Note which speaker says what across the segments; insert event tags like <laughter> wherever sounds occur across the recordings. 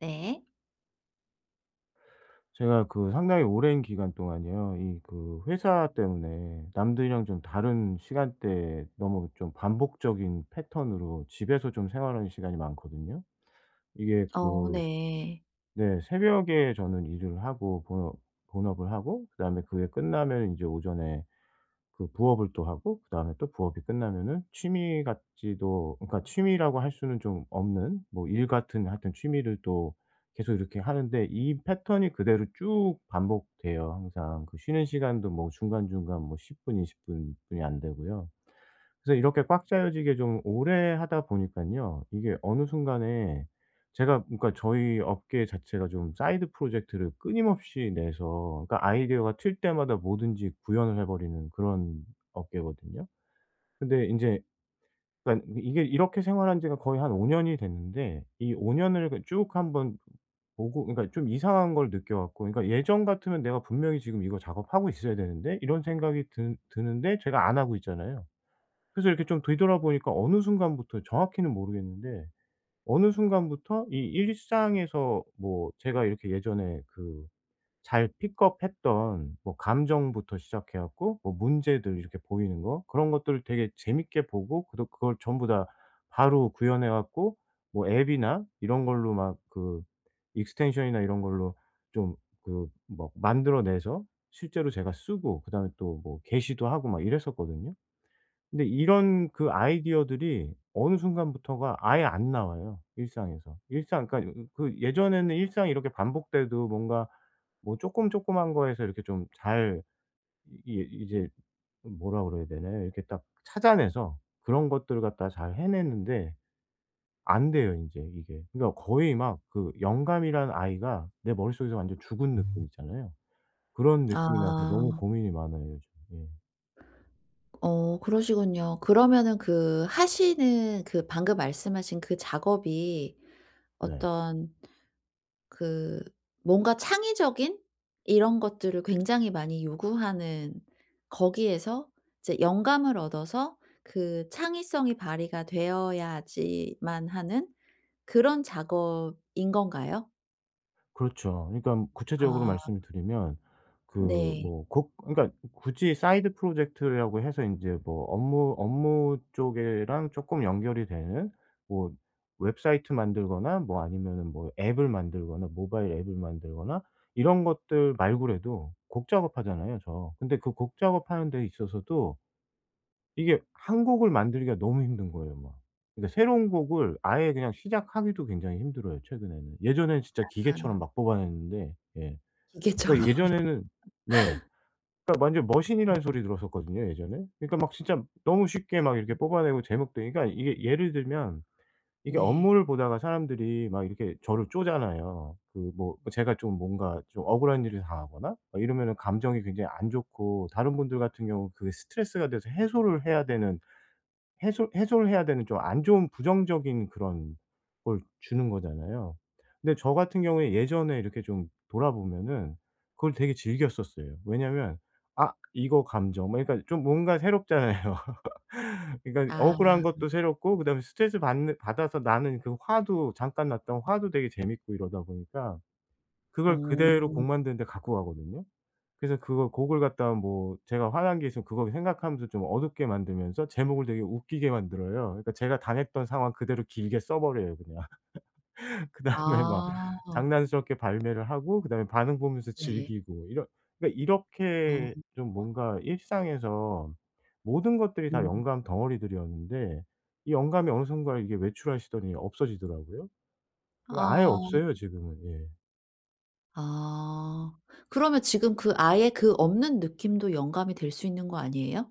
Speaker 1: 네.
Speaker 2: 제가 그 상당히 오랜 기간 동안요. 이 그 회사 때문에 남들이랑 좀 다른 시간대에 너무 좀 반복적인 패턴으로 집에서 좀 생활하는 시간이 많거든요. 이게 그
Speaker 1: 네.
Speaker 2: 네, 새벽에 저는 일을 하고 본업을 하고 그다음에 그게 끝나면 이제 오전에 그 부업을 또 하고 그다음에 또 부업이 끝나면은 취미 같지도, 그러니까 취미라고 할 수는 좀 없는 뭐 일 같은, 하여튼 취미를 또 계속 이렇게 하는데 이 패턴이 그대로 쭉 반복돼요, 항상. 그 쉬는 시간도 뭐 중간중간 뭐 10분 20분 분 뿐이 안 되고요. 그래서 이렇게 꽉 짜여지게 좀 오래 하다 보니깐요. 이게 어느 순간에 제가, 그러니까 저희 업계 자체가 좀 사이드 프로젝트를 끊임없이 내서, 그러니까 아이디어가 튈 때마다 뭐든지 구현을 해 버리는 그런 업계거든요. 근데 인제 그러니까 이게 이렇게 생활한 지가 거의 한 5년 년이 됐는데, 이 5년 년을 그 쭉 한번 보고, 그러니까 좀 이상한 걸 느껴 갖고, 그러니까 예전 같으면 '내가 분명히 지금 이거 작업하고 있어야 되는데.' 이런 생각이 드 드는데 제가 안 하고 있잖아요. 그래서 이렇게 좀 뒤돌아보니까 어느 순간부터, 정확히는 모르겠는데 어느 순간부터 이 일상에서 뭐 제가 이렇게 예전에 그 잘 픽업했던 뭐 감정부터 시작해 갖고 뭐 문제들 이렇게 보이는 거 그런 것들을 되게 재밌게 보고, 그도 그걸 전부 다 바로 구현해 갖고 뭐 앱이나 이런 걸로 막 그 익스텐션이나 이런 걸로 좀 그 막 만들어 내서 실제로 제가 쓰고 그다음에 또 뭐 게시도 하고 막 이랬었거든요. 근데 이런 그 아이디어들이 어느 순간부터가 아예 안 나와요, 일상에서. 일상, 그러니까 그 예전에는 일상이 이렇게 반복돼도 뭔가 뭐 쪼끔 쪼끄만 거에서 이렇게 좀 잘 이 이제 뭐라 그래야 되나요? 이렇게 딱 찾아내서 그런 것들을 갖다가 잘 해내는데 안 돼요 인제 이게. 그러니까 거의 막 그 영감이란 아이가 내 머릿속에서 완전 죽은 느낌 있잖아요. 그런 느낌이 나서
Speaker 1: 아.
Speaker 2: 너무 고민이 많아요 요즘. 예.
Speaker 1: 그러시군요. 그러면은 그 하시는 그 방금 말씀하신 그 작업이
Speaker 2: 네.
Speaker 1: 어떤 그 뭔가 창의적인 이런 것들을 굉장히 많이 요구하는 거기에서 이제 영감을 얻어서 그 창의성이 발휘가 되어야지만 하는 그런 작업인 건가요?
Speaker 2: 그렇죠. 그러니까 구체적으로
Speaker 1: 아
Speaker 2: 말씀을 드리면 그
Speaker 1: 네.
Speaker 2: 뭐 곡, 그러니까 굳이 사이드 프로젝트라고 해서 인제 뭐 업무 쪽이랑 쪼끔 연결이 되는 뭐 웹사이트 만들거나 뭐 아니면은 뭐 앱을 만들거나 모바일 앱을 만들거나 이런 것들 말고라도 곡 작업하잖아요 저. 근데 그 곡 작업하는 데 있어서도 이게 한 곡을 만들기가 너무 힘든 거예요 막. 그러니까 새로운 곡을 아예 그냥 시작하기도 굉장히 힘들어요 최근에는. 예전엔 진짜
Speaker 1: 아
Speaker 2: 기계처럼 막 뽑아냈는데, 예. 그러니까
Speaker 1: 기계처럼. <laughs>
Speaker 2: 예전에는 네. 그러니까 완전 머신이라는 소리 들었었거든요 예전에. 그러니까 막 진짜 너무 쉽게 막 이렇게 뽑아내고 제목도, 그러니까 이게 예를 들면 이게
Speaker 1: 네.
Speaker 2: 업무를 보다가 사람들이 막 이렇게 저를 쪼잖아요. 그 뭐 제가 좀 뭔가 좀 억울한 일을 당하거나 막 이러면은 감정이 굉장히 안 좋고 다른 분들 같은 경우 그게 스트레스가 돼서 해소를 해야 되는, 해소를 해야 되는 좀 안 좋은 부정적인 그런 걸 주는 거잖아요. 근데 저 같은 경우에 예전에 이렇게 좀 돌아보면은 그걸 되게 즐겼었어요. 왜냐면 '아 이거 감정' 뭐 그러니까 좀 뭔가 새롭잖아요. <laughs> 그러니까
Speaker 1: 아.
Speaker 2: 억울한 것도 새롭고 그다음에 스트레스 받는 받아서 나는 그 화도, 잠깐 났던 화도 되게 재밌고, 이러다 보니까
Speaker 1: 어.
Speaker 2: 그걸 그대로 곡 만드는 데 갖고 가거든요. 그래서 그거 곡을 갖다가 뭐 제가 화난 게 있으면 그거 생각하면서 좀 어둡게 만들면서 제목을 되게 웃기게 만들어요. 그러니까 제가 당했던 상황 그대로 길게 써 버려요 그냥. <laughs> 그다음에 막
Speaker 1: 아.
Speaker 2: 장난스럽게 발매를 하고 그다음에 반응 보면서
Speaker 1: 네.
Speaker 2: 즐기고 이런, 그러니까
Speaker 1: 어
Speaker 2: 이렇게 좀 뭔가 일상에서 모든 것들이 다
Speaker 1: 음.
Speaker 2: 영감 덩어리들이었는데 이 영감이 어느 순간 이게 외출하시더니 없어지더라고요. 이거 아예
Speaker 1: 아.
Speaker 2: 없어요 지금은. 예.
Speaker 1: 아. 그러면 지금 그 아예 그 없는 느낌도 영감이 될 수 있는 거 아니에요?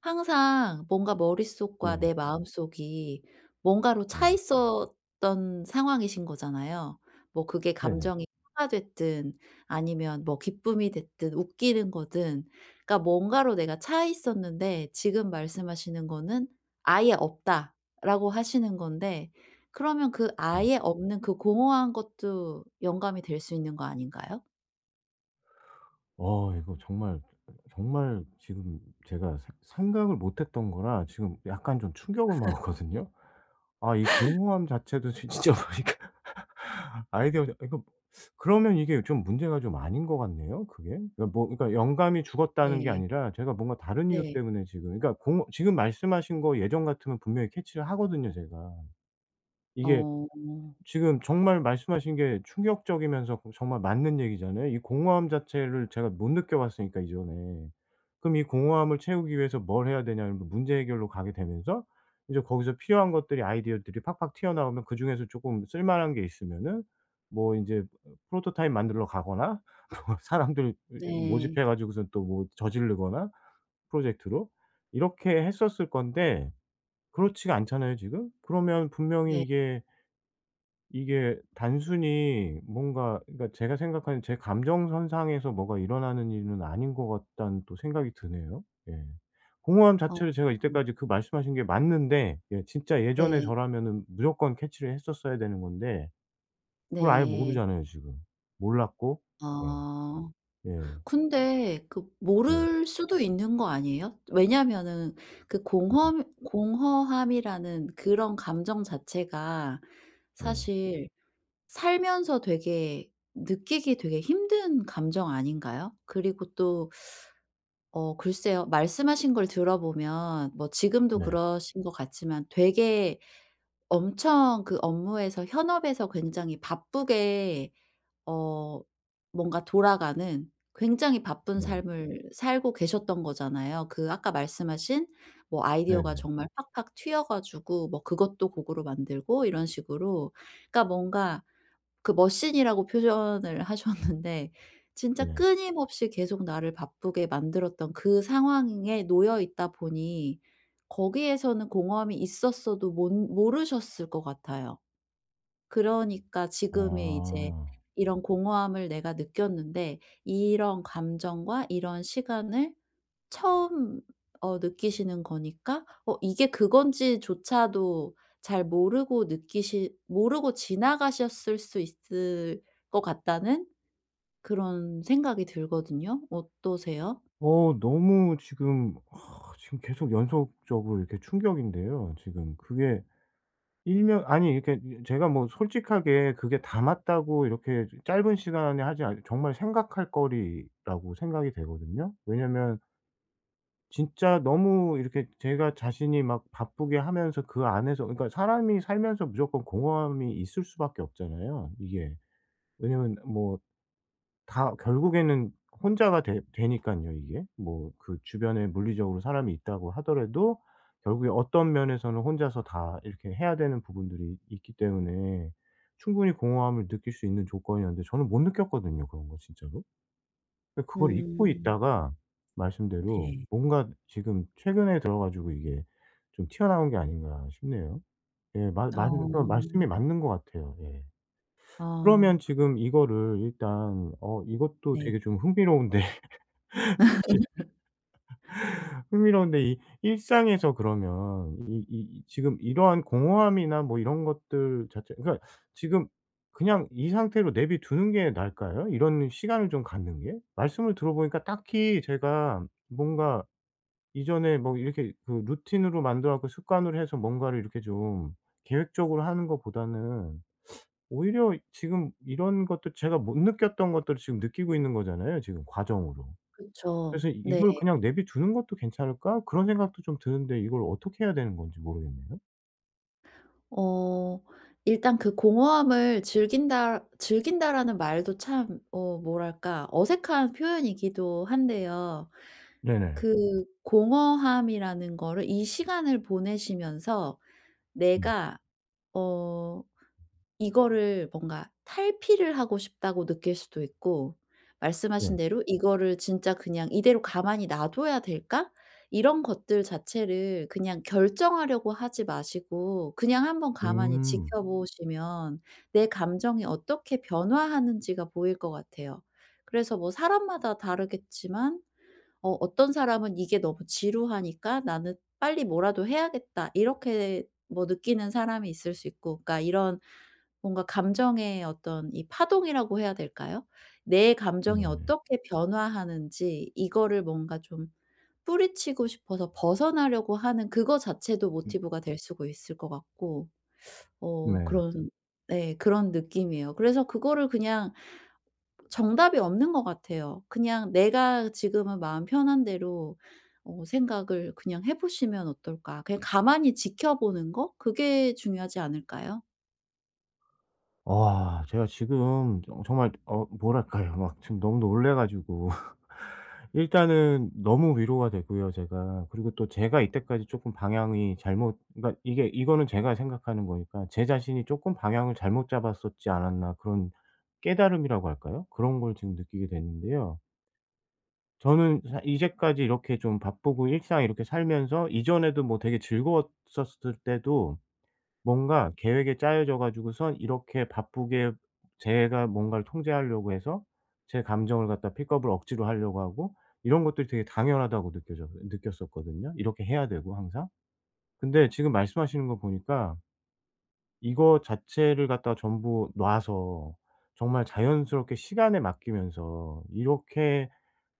Speaker 1: 항상 뭔가 머릿속과
Speaker 2: 네.
Speaker 1: 내 마음속이 뭔가로
Speaker 2: 네.
Speaker 1: 차 있었던 상황이신 거잖아요. 뭐 그게
Speaker 2: 네네.
Speaker 1: 감정이 화가 됐든 아니면 뭐 기쁨이 됐든 웃기는 거든 그러니까 뭔가로 내가 차 있었는데 지금 말씀하시는 거는 "아예 없다."라고 하시는 건데 그러면 그
Speaker 2: 네.
Speaker 1: 아예 없는 그 공허한 것도 영감이 될 수 있는 거 아닌가요?
Speaker 2: 이거 정말 정말 지금 제가 생 생각을 못 했던 거라 지금 약간 좀 충격을 먹었거든요. 아 이 공허함 자체도 지 진짜 보니까 <laughs> 아이디어 이거, 그러면 이게 좀 문제가 좀 아닌 것 같네요 그게. 그러니까 뭐 그러니까 영감이 죽었다는 게
Speaker 1: 네.
Speaker 2: 아니라 제가 뭔가 다른 이유
Speaker 1: 네.
Speaker 2: 때문에 지금, 그러니까 공 지금 말씀하신 거 예전 같으면 분명히 캐치를 하거든요 제가. 이게
Speaker 1: 어.
Speaker 2: 지금 정말 말씀하신 게 충격적이면서 그 정말 맞는 얘기잖아요. 이 공허함 자체를 제가 못 느껴봤으니까 이전에. 그럼 이 공허함을 채우기 위해서 뭘 해야 되냐면 문제 해결로 가게 되면서 이제 거기서 필요한 것들이, 아이디어들이 팍팍 튀어나오면 그중에서 조금 쓸만한 게 있으면은 뭐 인제 프로토타입 만들러 가거나 <laughs> 뭐 사람들
Speaker 1: 네.
Speaker 2: 모집해 가지고선 또 뭐 저지르거나, 프로젝트로. 이렇게 했었을 건데 그렇지가 않잖아요 지금. 그러면 분명히
Speaker 1: 네.
Speaker 2: 이게 이게 단순히 뭔가, 그러니까 제가 생각하는 제 감정선상에서 뭐가 일어나는 일은 아닌 것 같다는 또 생각이 드네요. 예. 공허함
Speaker 1: 어.
Speaker 2: 자체를 제가
Speaker 1: 음
Speaker 2: 이때까지 그 말씀하신 게 맞는데, 예, 진짜 예전에
Speaker 1: 네.
Speaker 2: 저라면은 무조건 캐치를 했었어야 되는 건데 그걸 아예
Speaker 1: 네.
Speaker 2: 모르잖아요 지금. 몰랐고, 예.
Speaker 1: 아.
Speaker 2: 예.
Speaker 1: 근데 그
Speaker 2: 예.
Speaker 1: 모를 수도 있는 거 아니에요? 왜냐면은 그
Speaker 2: 예.
Speaker 1: 공허함이라는 그런 감정 자체가
Speaker 2: 예.
Speaker 1: 사실 살면서 되게 느끼기 되게 힘든 감정 아닌가요? 그리고 또 어 글쎄요. 말씀하신 걸 들어보면 뭐 지금도
Speaker 2: 네.
Speaker 1: 그러신 것 같지만 되게 엄청 그 업무에서 현업에서 굉장히 바쁘게 어 뭔가 돌아가는 굉장히 바쁜
Speaker 2: 네. 네.
Speaker 1: 삶을 살고 계셨던 거잖아요. 그 아까 말씀하신 뭐 아이디어가
Speaker 2: 네네.
Speaker 1: 정말 팍팍 튀어 가지고 뭐 그것도 곡으로 만들고 이런 식으로 그러니까 뭔가 그 머신이라고 표현을 하셨는데 진짜
Speaker 2: 네.
Speaker 1: 끊임없이 계속 나를 바쁘게 만들었던 그 상황에 놓여 있다 보니 거기에서는 공허함이 있었어도 몬 모르셨을 것 같아요. 그러니까 지금의
Speaker 2: 아.
Speaker 1: 이제 이런 공허함을 내가 느꼈는데 이런 감정과 이런 시간을 처음 어 느끼시는 거니까 어 이게 그건지조차도 잘 모르고 지나가셨을 수 있을 것 같다는 그런 생각이 들거든요. 어떠세요?
Speaker 2: 너무 지금 지금 계속 연속적으로 이렇게 충격인데요 지금. 그게 일면 아니, 이렇게 제가 뭐 솔직하게 그게 다 맞다고 이렇게 짧은 시간에 하지 않, 정말 생각할 거리라고 생각이 되거든요. 왜냐면 진짜 너무 이렇게 제가 자신이 막 바쁘게 하면서 그 안에서, 그러니까 사람이 살면서 무조건 공허함이 있을 수밖에 없잖아요 이게. 왜냐면 뭐 다 결국에는 혼자가 되 되니깐요 이게. 뭐 그 주변에 물리적으로 사람이 있다고 하더라도 결국에 어떤 면에서는 혼자서 다 이렇게 해야 되는 부분들이 있기 때문에 충분히 공허함을 느낄 수 있는 조건이었는데 저는 못 느꼈거든요 그런 거 진짜로. 근데 그걸 잊고
Speaker 1: 음.
Speaker 2: 있다가 말씀대로
Speaker 1: 네.
Speaker 2: 뭔가 지금 최근에 들어 가지고 이게 좀 튀어나온 게 아닌가 싶네요. 예. 마 맞그 말씀이
Speaker 1: 어.
Speaker 2: 맞는 것 같아요. 예. 그러면
Speaker 1: 아.
Speaker 2: 지금 이거를 일단 어, 이것도
Speaker 1: 네.
Speaker 2: 되게 좀 흥미로운데 <laughs> 흥미로운데 이 일상에서, 그러면 지금 이러한 공허함이나 뭐 이런 것들 자체, 그러니까 지금 그냥 이 상태로 내비 두는 게 나을까요? 이런 시간을 좀 갖는 게? 말씀을 들어보니까 딱히 제가 뭔가 이전에 뭐 이렇게 그 루틴으로 만들어 갖고 습관으로 해서 뭔가를 이렇게 좀 계획적으로 하는 것보다는 오히려 지금 이런 것도 제가 못 느꼈던 것들을 지금 느끼고 있는 거잖아요, 지금 과정으로.
Speaker 1: 그쵸.
Speaker 2: 그래서
Speaker 1: 네.
Speaker 2: '이걸 그냥 내비 두는 것도 괜찮을까?' 그런 생각도 좀 드는데 이걸 어떻게 해야 되는 건지 모르겠네요.
Speaker 1: 어 일단 그 "공허함을 즐긴다."라는 말도 참 어 뭐랄까 어색한 표현이기도 한데요.
Speaker 2: 네네.
Speaker 1: 그 공허함이라는 거를 이 시간을 보내시면서
Speaker 2: 네.
Speaker 1: 내가 어 이거를 뭔가 탈피를 하고 싶다고 느낄 수도 있고 말씀하신
Speaker 2: 네.
Speaker 1: 대로 '이거를 진짜 그냥 이대로 가만히 놔둬야 될까?' 이런 것들 자체를 그냥 결정하려고 하지 마시고 그냥 한번 가만히
Speaker 2: 음.
Speaker 1: 지켜보시면 내 감정이 어떻게 변화하는지가 보일 것 같아요. 그래서 뭐 사람마다 다르겠지만 어 어떤 사람은 '이게 너무 지루하니까 나는 빨리 뭐라도 해야겠다.' 이렇게 뭐 느끼는 사람이 있을 수 있고 그러니까 이런 뭔가 감정의 어떤 이 파동이라고 해야 될까요? 내 감정이
Speaker 2: 네네.
Speaker 1: 어떻게 변화하는지 이거를 뭔가 좀 뿌리치고 싶어서 벗어나려고 하는 그거 자체도
Speaker 2: 음
Speaker 1: 모티브가 될 수가 있을 것 같고 어
Speaker 2: 네.
Speaker 1: 그런 네 그런 느낌이에요. 그래서 그거를 그냥 정답이 없는 것 같아요. 그냥 내가 지금은 마음 편한 대로 어 생각을 그냥 해 보시면 어떨까? 그냥 가만히 지켜보는 거? 그게 중요하지 않을까요?
Speaker 2: 와 제가 지금 정말 어, 뭐랄까요. <laughs> 막 지금 너무 놀래 가지고 <laughs> 일단은 너무 위로가 되고요 제가. 그리고 또 제가 이때까지 조금 방향이 잘못, 그러니까 이게 이거는 제가 생각하는 거니까 '제 자신이 조금 방향을 잘못 잡았었지 않았나.' 그런 깨달음이라고 할까요? 그런 걸 지금 느끼게 됐는데요. 저는 사 이제까지 이렇게 좀 바쁘고 일상 이렇게 살면서 이전에도 뭐 되게 즐거웠었을 때도 뭔가 계획에 짜여져 가지고선 이렇게 바쁘게 제가 뭔가를 통제하려고 해서 제 감정을 갖다 픽업을 억지로 하려고 하고 이런 것들이 되게 당연하다고 느껴져 느꼈었거든요, 이렇게 해야 되고 항상. 근데 지금 말씀하시는 거 보니까 이거 자체를 갖다 전부 놔서 정말 자연스럽게 시간에 맡기면서 이렇게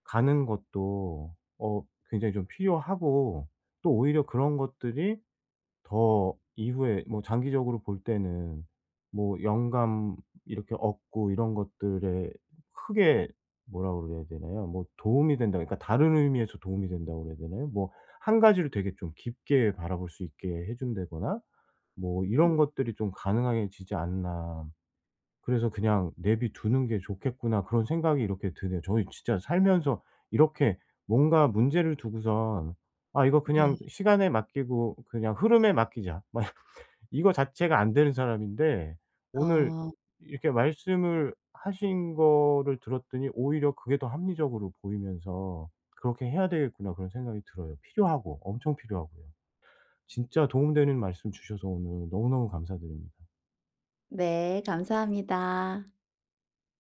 Speaker 2: 가는 것도 굉장히 좀 필요하고, 또 오히려 그런 것들이 더 이후에 뭐 장기적으로 볼 때는 뭐 영감 이렇게 얻고 이런 것들에 크게, 뭐라 그래야 되나요? 뭐 도움이 된다, 그러니까 다른 의미에서 도움이 된다고 그래야 되나요? 뭐 한 가지를 되게 좀 깊게 바라볼 수 있게 해 준다거나 뭐
Speaker 1: 음
Speaker 2: 이런 것들이 좀 가능해지지 않나. 그래서 '그냥 내비 두는 게 좋겠구나.' 그런 생각이 이렇게 드네요. 저희 진짜 살면서 이렇게 뭔가 문제를 두고선 '아 이거
Speaker 1: 네.
Speaker 2: 그냥 시간에 맡기고 그냥 흐름에 맡기자.' 막 이거 자체가 안 되는 사람인데 오늘
Speaker 1: 아.
Speaker 2: 이렇게 말씀을 하신 거를 들었더니 오히려 그게 더 합리적으로 보이면서 '그렇게 해야 되겠구나.' 그런 생각이 들어요. 필요하고, 엄청 필요하고요. 진짜 도움되는 말씀 주셔서 오늘 너무너무 감사드립니다.
Speaker 1: 네, 감사합니다.